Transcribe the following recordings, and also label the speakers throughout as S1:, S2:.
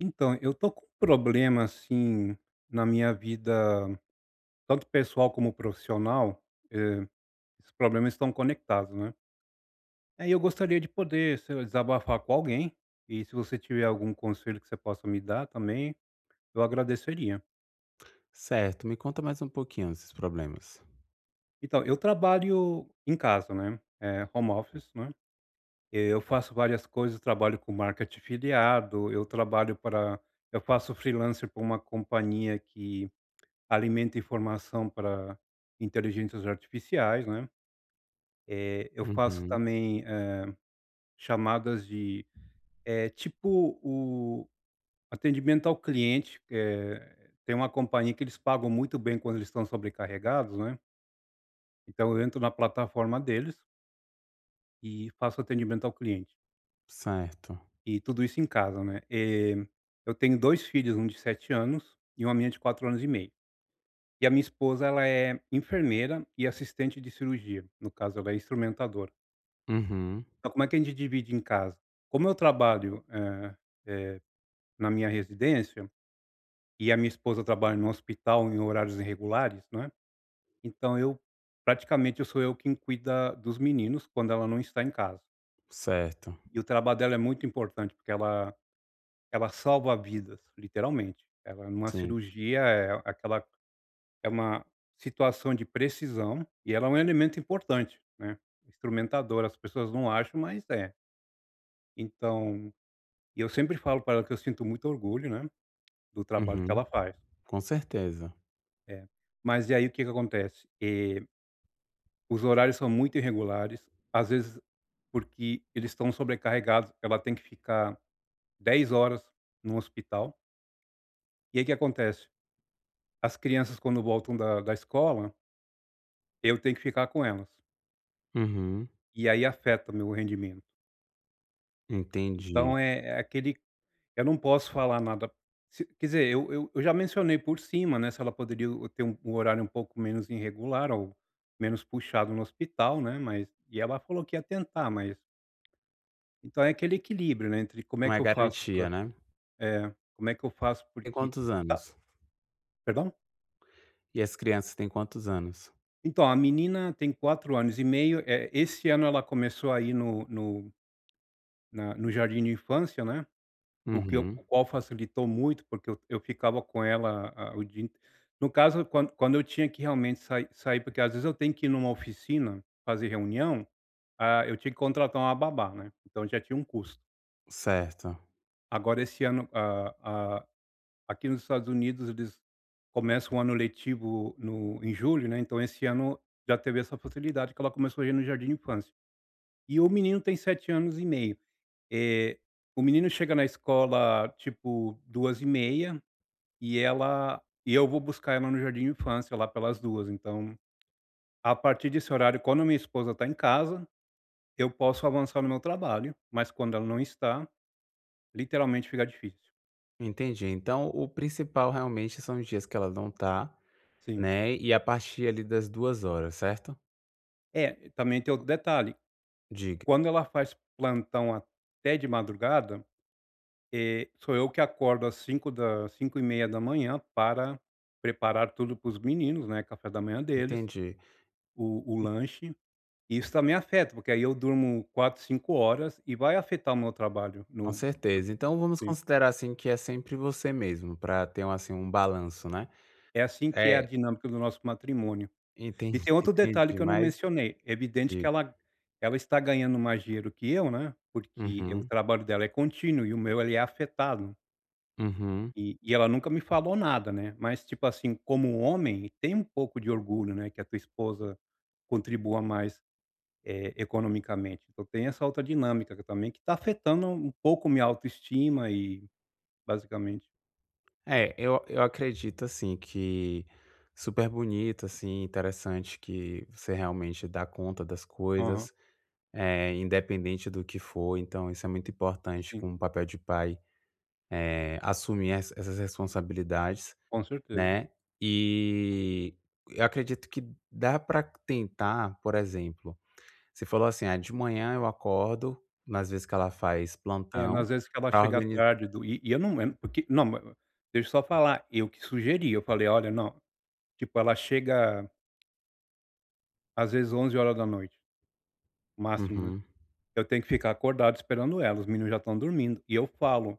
S1: Então, eu tô com um problema, assim, na minha vida, tanto pessoal como profissional, eh, esses problemas estão conectados, né. Aí eu gostaria de poder, sei lá, desabafar com alguém, e se você tiver algum conselho que você possa me dar também, eu agradeceria.
S2: Certo, me conta mais um pouquinho desses problemas.
S1: Então, eu trabalho em casa, né, home office, né. Eu faço várias coisas, trabalho com marketing afiliado, eu faço freelancer para uma companhia que alimento informação para inteligências artificiais, né. Eu faço
S2: Uhum,
S1: também, chamadas de tipo o atendimento ao cliente. Tem uma companhia que eles pagam muito bem quando eles estão sobrecarregados, né, então eu entro na plataforma deles e faço atendimento ao cliente.
S2: certo.
S1: E tudo isso em casa, né. Eu tenho 2 filhos, um de 7 anos e uma menina de 4 anos e meio. E a minha esposa, ela é enfermeira e assistente de cirurgia, no caso ela é instrumentadora.
S2: Uhum,
S1: Então, como é que a gente divide em casa? Como eu trabalho, na minha residência, e a minha esposa trabalha no hospital em horários irregulares, né, então eu praticamente eu sou eu quem cuida dos meninos quando ela não está em casa.
S2: certo.
S1: E o trabalho dela é muito importante, porque ela salva vidas, literalmente. Ela numa
S2: Sim.
S1: cirurgia é aquela é uma situação de precisão, e ela é um elemento importante, né, instrumentadora. As pessoas não acham, mas é. Então, eu sempre falo para ela que eu sinto muito orgulho, né. Do trabalho que
S2: Uhum,
S1: ela faz.
S2: com certeza.
S1: É. Mas e aí o que que acontece? Os horários são muito irregulares, às vezes porque eles estão sobrecarregados, ela tem que ficar 10 horas no hospital. E aí o que acontece? As crianças, quando voltam da escola, eu tenho que ficar com elas.
S2: Uhum,
S1: E aí afeta meu rendimento.
S2: entendi.
S1: Então é é aquele eu não posso falar nada. Se quer dizer, eu já mencionei por cima, né, se ela poderia o ter um horário um pouco menos irregular, ou menos puxado no hospital, né. Mas ela falou que ia tentar, mas então é aquele equilíbrio, né, entre como é
S2: Não
S1: que
S2: é
S1: eu faço para,
S2: garantia, né.
S1: como é que eu faço
S2: Tem
S1: porque
S2: quantos
S1: tá.
S2: anos?
S1: Perdão?
S2: E as crianças têm quantos anos?
S1: Então, a menina tem 4 anos e meio, esse ano ela começou aí no jardim de infância, né. O que eu
S2: Uhum,
S1: O qual facilitou muito, porque eu ficava com ela a o dia inte no caso, quando eu tinha que realmente sair, porque às vezes eu tenho que ir numa oficina fazer reunião. Eu tinha que contratar uma babá, né, então já tinha um custo.
S2: certo.
S1: Agora, esse ano, aqui nos Estados Unidos eles começam o ano letivo no em julho, né, então esse ano já teve essa facilidade: que ela começou a ir no jardim de infância. E o menino tem 7 anos e meio. Eh, o menino chega na escola tipo 2h30, e eu vou buscar ela no jardim de infância lá pelas 2h. Então, a partir desse horário, quando minha esposa está em casa, eu posso avançar no meu trabalho, mas quando ela não está, literalmente fica difícil.
S2: Entendi, então o principal realmente são os dias que ela não tá,
S1: Sim.
S2: né, e a partir ali das 2 horas, certo?
S1: É, também tem outro detalhe:
S2: Diga.
S1: quando ela faz plantão até de madrugada, sou eu que acordo às 5h30 da manhã para preparar tudo para os meninos, né, café da manhã deles,
S2: Entendi.
S1: o lanche. E isso também afeta, porque aí eu durmo 4, 5 horas e vai afetar o meu trabalho.
S2: Com
S1: No
S2: certeza. Então vamos
S1: Sim.
S2: considerar, assim, que é sempre você mesmo, para ter um, assim, um balanço, né.
S1: É assim que é a
S2: É,
S1: dinâmica do nosso matrimônio. E
S2: entendi,
S1: tem outro detalhe
S2: entendi,
S1: que eu não
S2: mas
S1: mencionei. É evidente que
S2: diga.
S1: ela está ganhando mais dinheiro que eu, né, porque o
S2: Uhum,
S1: trabalho dela é contínuo e o meu ele é afetado.
S2: uhum.
S1: E ela nunca me falou nada, né, mas, tipo assim, como homem, tem um pouco de orgulho, né, que a tua esposa contribua mais, economicamente. Então tem essa outra dinâmica que também que está afetando um pouco minha autoestima basicamente.
S2: É, eu acredito, assim, que super bonito, assim, interessante que você realmente dá conta das
S1: Aham.
S2: coisas, independente do que for, então isso é muito importante
S1: Sim,
S2: como papel de pai, assumir essas responsabilidades.
S1: com certeza.
S2: Né, e eu acredito que dá para tentar, por exemplo, você falou assim: "Ah, de manhã eu acordo", nas vezes que ela faz
S1: É, não,
S2: plantão,
S1: às vezes que ela
S2: para
S1: chega
S2: organizar
S1: tarde do e eu não porque não, ma deixa eu só falar. Eu que sugeri, eu falei: "Olha, não". Tipo, ela chega às vezes 11 horas da noite máximo, né.
S2: uhum,
S1: Eu tenho que ficar acordado esperando ela, os meninos já estão dormindo. E eu falo,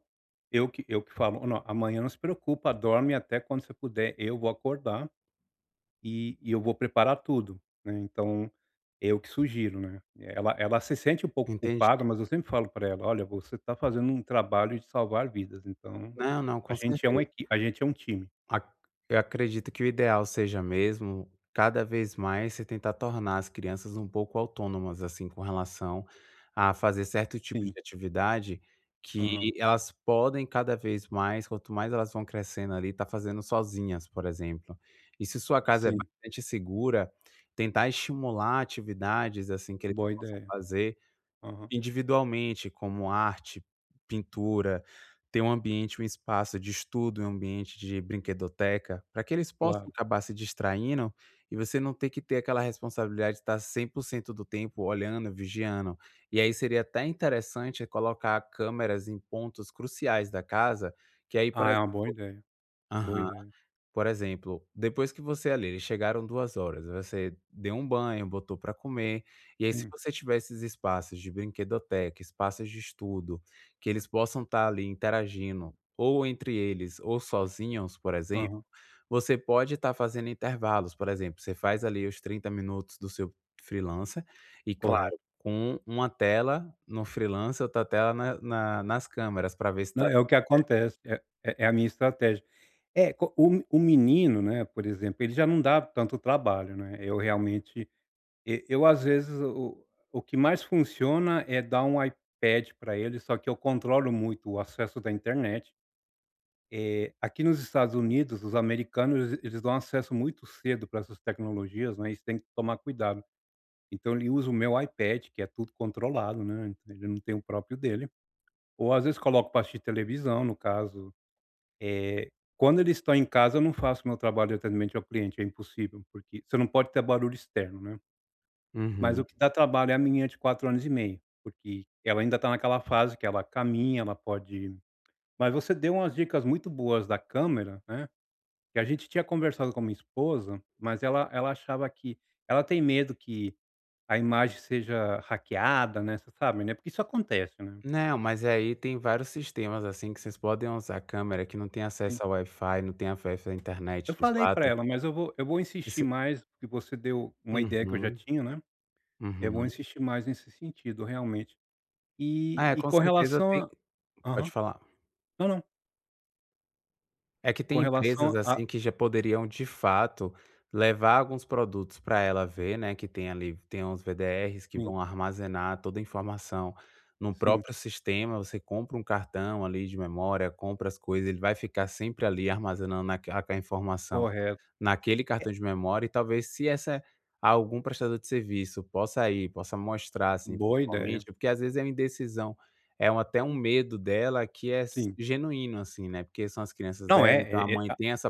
S1: eu que falo: "Não, amanhã não se preocupa, dorme até quando você puder, eu vou acordar". E eu vou preparar tudo, né, então é eu que sugiro, né. Ela se sente um pouco
S2: entendi.
S1: culpada, mas eu sempre falo para ela: "Olha, você está fazendo um trabalho de salvar vidas, então
S2: Não, não, com certeza.
S1: a gente é um time".
S2: Ac Eu acredito que o ideal seja mesmo, cada vez mais, você tentar tornar as crianças um pouco autônomas, assim, com relação a fazer certo tipo de
S1: Sim,
S2: atividade que
S1: aham,
S2: elas podem cada vez mais, quanto mais elas vão crescendo ali, tá fazendo sozinhas, por exemplo. E se sua casa é
S1: sim,
S2: bastante segura, tentar estimular atividades, assim, que eles
S1: boa
S2: possam
S1: ideia.
S2: fazer
S1: Aham,
S2: individualmente, como arte, pintura, ter um ambiente, um espaço de estudo, um ambiente de brinquedoteca, para que eles possam
S1: claro.
S2: acabar se distraindo e você não ter que ter aquela responsabilidade de estar 100% do tempo olhando, vigiando. E aí seria até interessante colocar câmeras em pontos cruciais da casa, que aí,
S1: Ah, é uma boa ideia, boa ideia.
S2: por exemplo, depois que você ali eles chegaram duas horas você deu um banho, botou para comer, e aí se
S1: Sim,
S2: você tiver esses espaços de brinquedoteca, espaços de estudo, que eles possam estar ali interagindo, ou entre eles ou sozinhos, por exemplo,
S1: aham,
S2: você pode estar fazendo intervalos, por exemplo, você faz ali os 30 minutos do seu freelancer, e
S1: correto.
S2: claro, com uma tela no freelancer, outra tela na na nas câmeras para ver se
S1: Não,
S2: está.
S1: é o que acontece, é a minha estratégia. É, co o menino, né, por exemplo, ele já não dá tanto trabalho, né, eu realmente. E eu, às vezes, o que mais funciona é dar um iPad para ele, só que eu controlo muito o acesso da internet. Aqui nos Estados Unidos, os americanos eles dão acesso muito cedo para essas tecnologias, né, isso tem que tomar cuidado. Então ele usa o meu iPad, que é tudo controlado, né. Então, ele não tem o próprio dele, ou às vezes coloco pra assistir televisão, no caso. Eh, Quando eles estão em casa eu não faço meu trabalho de atendimento ao cliente, é impossível, porque você não pode ter barulho externo, né. Mas o que dá trabalho é a menina de 4 anos e meio, porque ela ainda está naquela fase que ela caminha, ela pode. Mas você deu umas dicas muito boas da câmera, né, que a gente tinha conversado com a minha esposa, mas ela achava que ela tem medo que a imagem seja hackeada, né, você sabe, né, porque isso acontece, né.
S2: Não, mas aí tem vários sistemas, assim, que vocês podem usar a câmera que não tem
S1: Sim.
S2: acesso ao Wi-Fi, não tem acesso à
S1: Eu
S2: internet de
S1: falei para
S2: fato.
S1: ela, mas eu vou insistir
S2: Esse
S1: mais, porque você deu uma ideia que eu já
S2: Uhum,
S1: tinha, né. Eu vou
S2: uhum.
S1: insistir mais nesse sentido realmente.
S2: Ah, é,
S1: E
S2: com
S1: com
S2: certeza
S1: relação
S2: tem,
S1: a
S2: pode
S1: Aham.
S2: falar.
S1: Não, não.
S2: É que
S1: Com
S2: tem empresas,
S1: relação a
S2: assim, que já poderiam de fato levar alguns produtos para ela ver, né, que tem ali tem uns VDRs que vão armazenar toda a informação no
S1: Sim,
S2: próprio sistema, você compra um cartão ali de memória, compra as coisas, ele vai ficar sempre ali armazenando aquela informação,
S1: correto.
S2: naquele
S1: É.
S2: cartão de memória. E talvez se essa algum prestador de serviço possa ir, possa mostrar, assim,
S1: Boa ideia.
S2: principalmente, porque às vezes é uma indecisão, é um até um medo dela que é s
S1: Sim.
S2: genuíno, assim, né, porque são as crianças
S1: Não, é
S2: dela, então a
S1: é é
S2: mãe
S1: a
S2: tem essa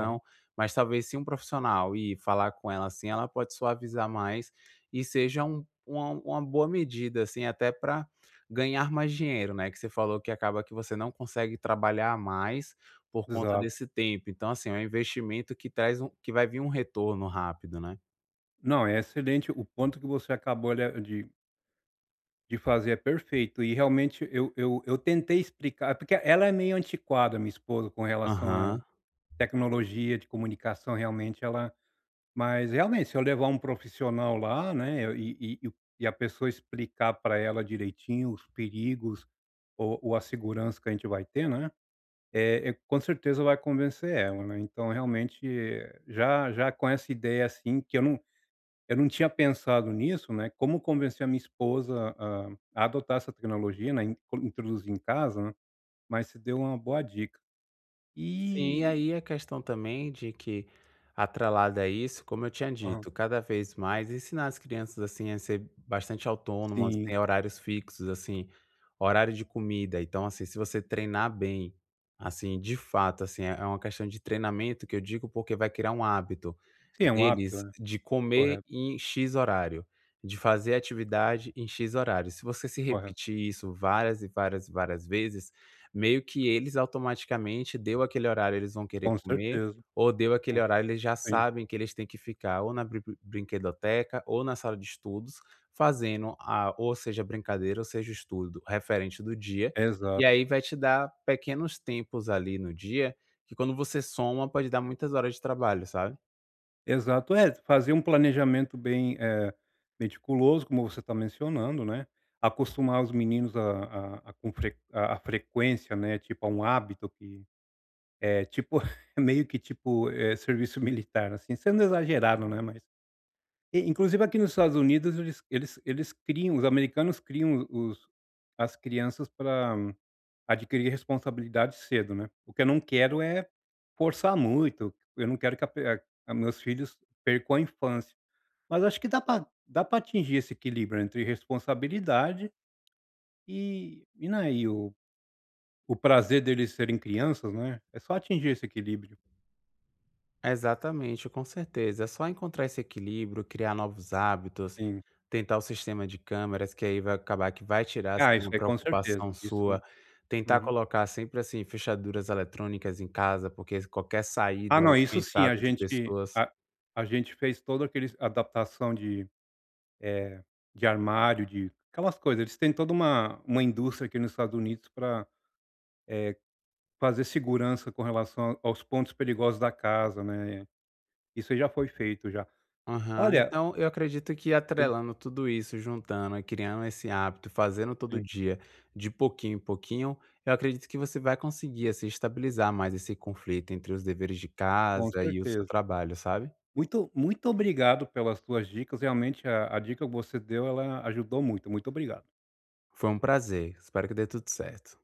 S1: aham,
S2: mas talvez se um profissional ir falar com ela, assim, ela pode suavizar mais e seja uma boa medida, assim, até para ganhar mais dinheiro, né, que você falou que acaba que você não consegue trabalhar mais, por conta
S1: exato.
S2: desse tempo, então, assim, é um investimento que traz que vai vir um retorno rápido, né.
S1: Não, é excelente o ponto que você acabou, olha, de fazer, é perfeito. E realmente eu tentei explicar, porque ela é meio antiquada, minha esposa, com relação à
S2: Aham.
S1: tecnologia de comunicação. Realmente ela Mas realmente, se eu levar um profissional lá, né, eu e a pessoa explicar para ela direitinho os perigos ou a segurança que a gente vai ter, né. É, e com certeza vai convencer ela, né. Então realmente, já com essa ideia, assim, que eu não tinha pensado nisso, né, como convencer a minha esposa a adotar essa tecnologia, né, introduzir em casa, né, mas você deu uma boa dica.
S2: Sim, e
S1: E
S2: aí a questão também de que, atrelada a isso, como eu tinha
S1: aham,
S2: dito, cada vez mais ensinar as crianças, assim, a ser bastante autônomas,
S1: sim.
S2: ter horários fixos, assim, horário de comida. Então, assim, se você treinar bem, assim, de fato, assim, é uma questão de treinamento que eu digo porque vai criar um hábito
S1: Sim, é um hábito,
S2: deles
S1: né.
S2: de comer
S1: Correto,
S2: em X horário, de fazer atividade em X horário. Se você se
S1: correto.
S2: repetir isso várias e várias e várias vezes, meio que eles automaticamente deu aquele horário, eles vão querer
S1: Com
S2: comer,
S1: certeza,
S2: ou deu
S1: com
S2: aquele horário, eles já
S1: sim,
S2: sabem que eles têm que ficar ou na brinquedoteca ou na sala de estudos, fazendo a ou seja brincadeira ou seja o estudo referente do dia, e
S1: exato.
S2: aí vai te dar pequenos tempos ali no dia, que quando você soma pode dar muitas horas de trabalho, sabe?
S1: Exato. É, fazer um planejamento bem meticuloso, como você está mencionando, né. Acostumar os meninos a frequência, né, tipo, a um hábito que é tipo é meio que tipo, serviço militar, assim, sendo exagerado, né. Mas inclusive aqui nos Estados Unidos eles eles eles criam os americanos criam os as crianças para adquirir responsabilidade cedo, né. O que eu não quero é forçar muito. Eu não quero que a pe a meus filhos percam a infância. Mas acho que dá para atingir esse equilíbrio entre responsabilidade e, né, o prazer deles serem crianças, né. É só atingir esse equilíbrio.
S2: Exatamente, com certeza. É só encontrar esse equilíbrio, criar novos hábitos,
S1: Sim.
S2: tentar o sistema de câmeras, que aí vai acabar que vai tirar, assim,
S1: Ah, isso
S2: uma
S1: aí com
S2: preocupação
S1: certeza. Isso.
S2: sua. Tentar
S1: Uhum.
S2: colocar sempre, assim, fechaduras eletrônicas em casa, porque qualquer
S1: Ah
S2: saída
S1: não,
S2: ou
S1: isso sim,
S2: entrada de pessoas.
S1: a gente fez todo aqueles adaptação de, eh, de armário, de aquelas coisas. Eles têm toda uma indústria aqui nos Estados Unidos para fazer segurança com relação aos pontos perigosos da casa, né. Isso aí já foi feito já.
S2: Aham.
S1: Olha,
S2: Então, eu acredito que
S1: sim,
S2: atrelando tudo isso, juntando e criando esse hábito, fazendo todo
S1: sim.
S2: dia, de pouquinho em pouquinho, eu acredito que você vai conseguir, assim, estabilizar mais esse conflito entre os deveres de
S1: Com
S2: casa e o seu
S1: certeza.
S2: trabalho, sabe?
S1: Muito muito obrigado pelas suas dicas. Realmente, a dica que você deu, ela ajudou muito. Muito obrigado.
S2: Foi um prazer, espero que dê tudo certo.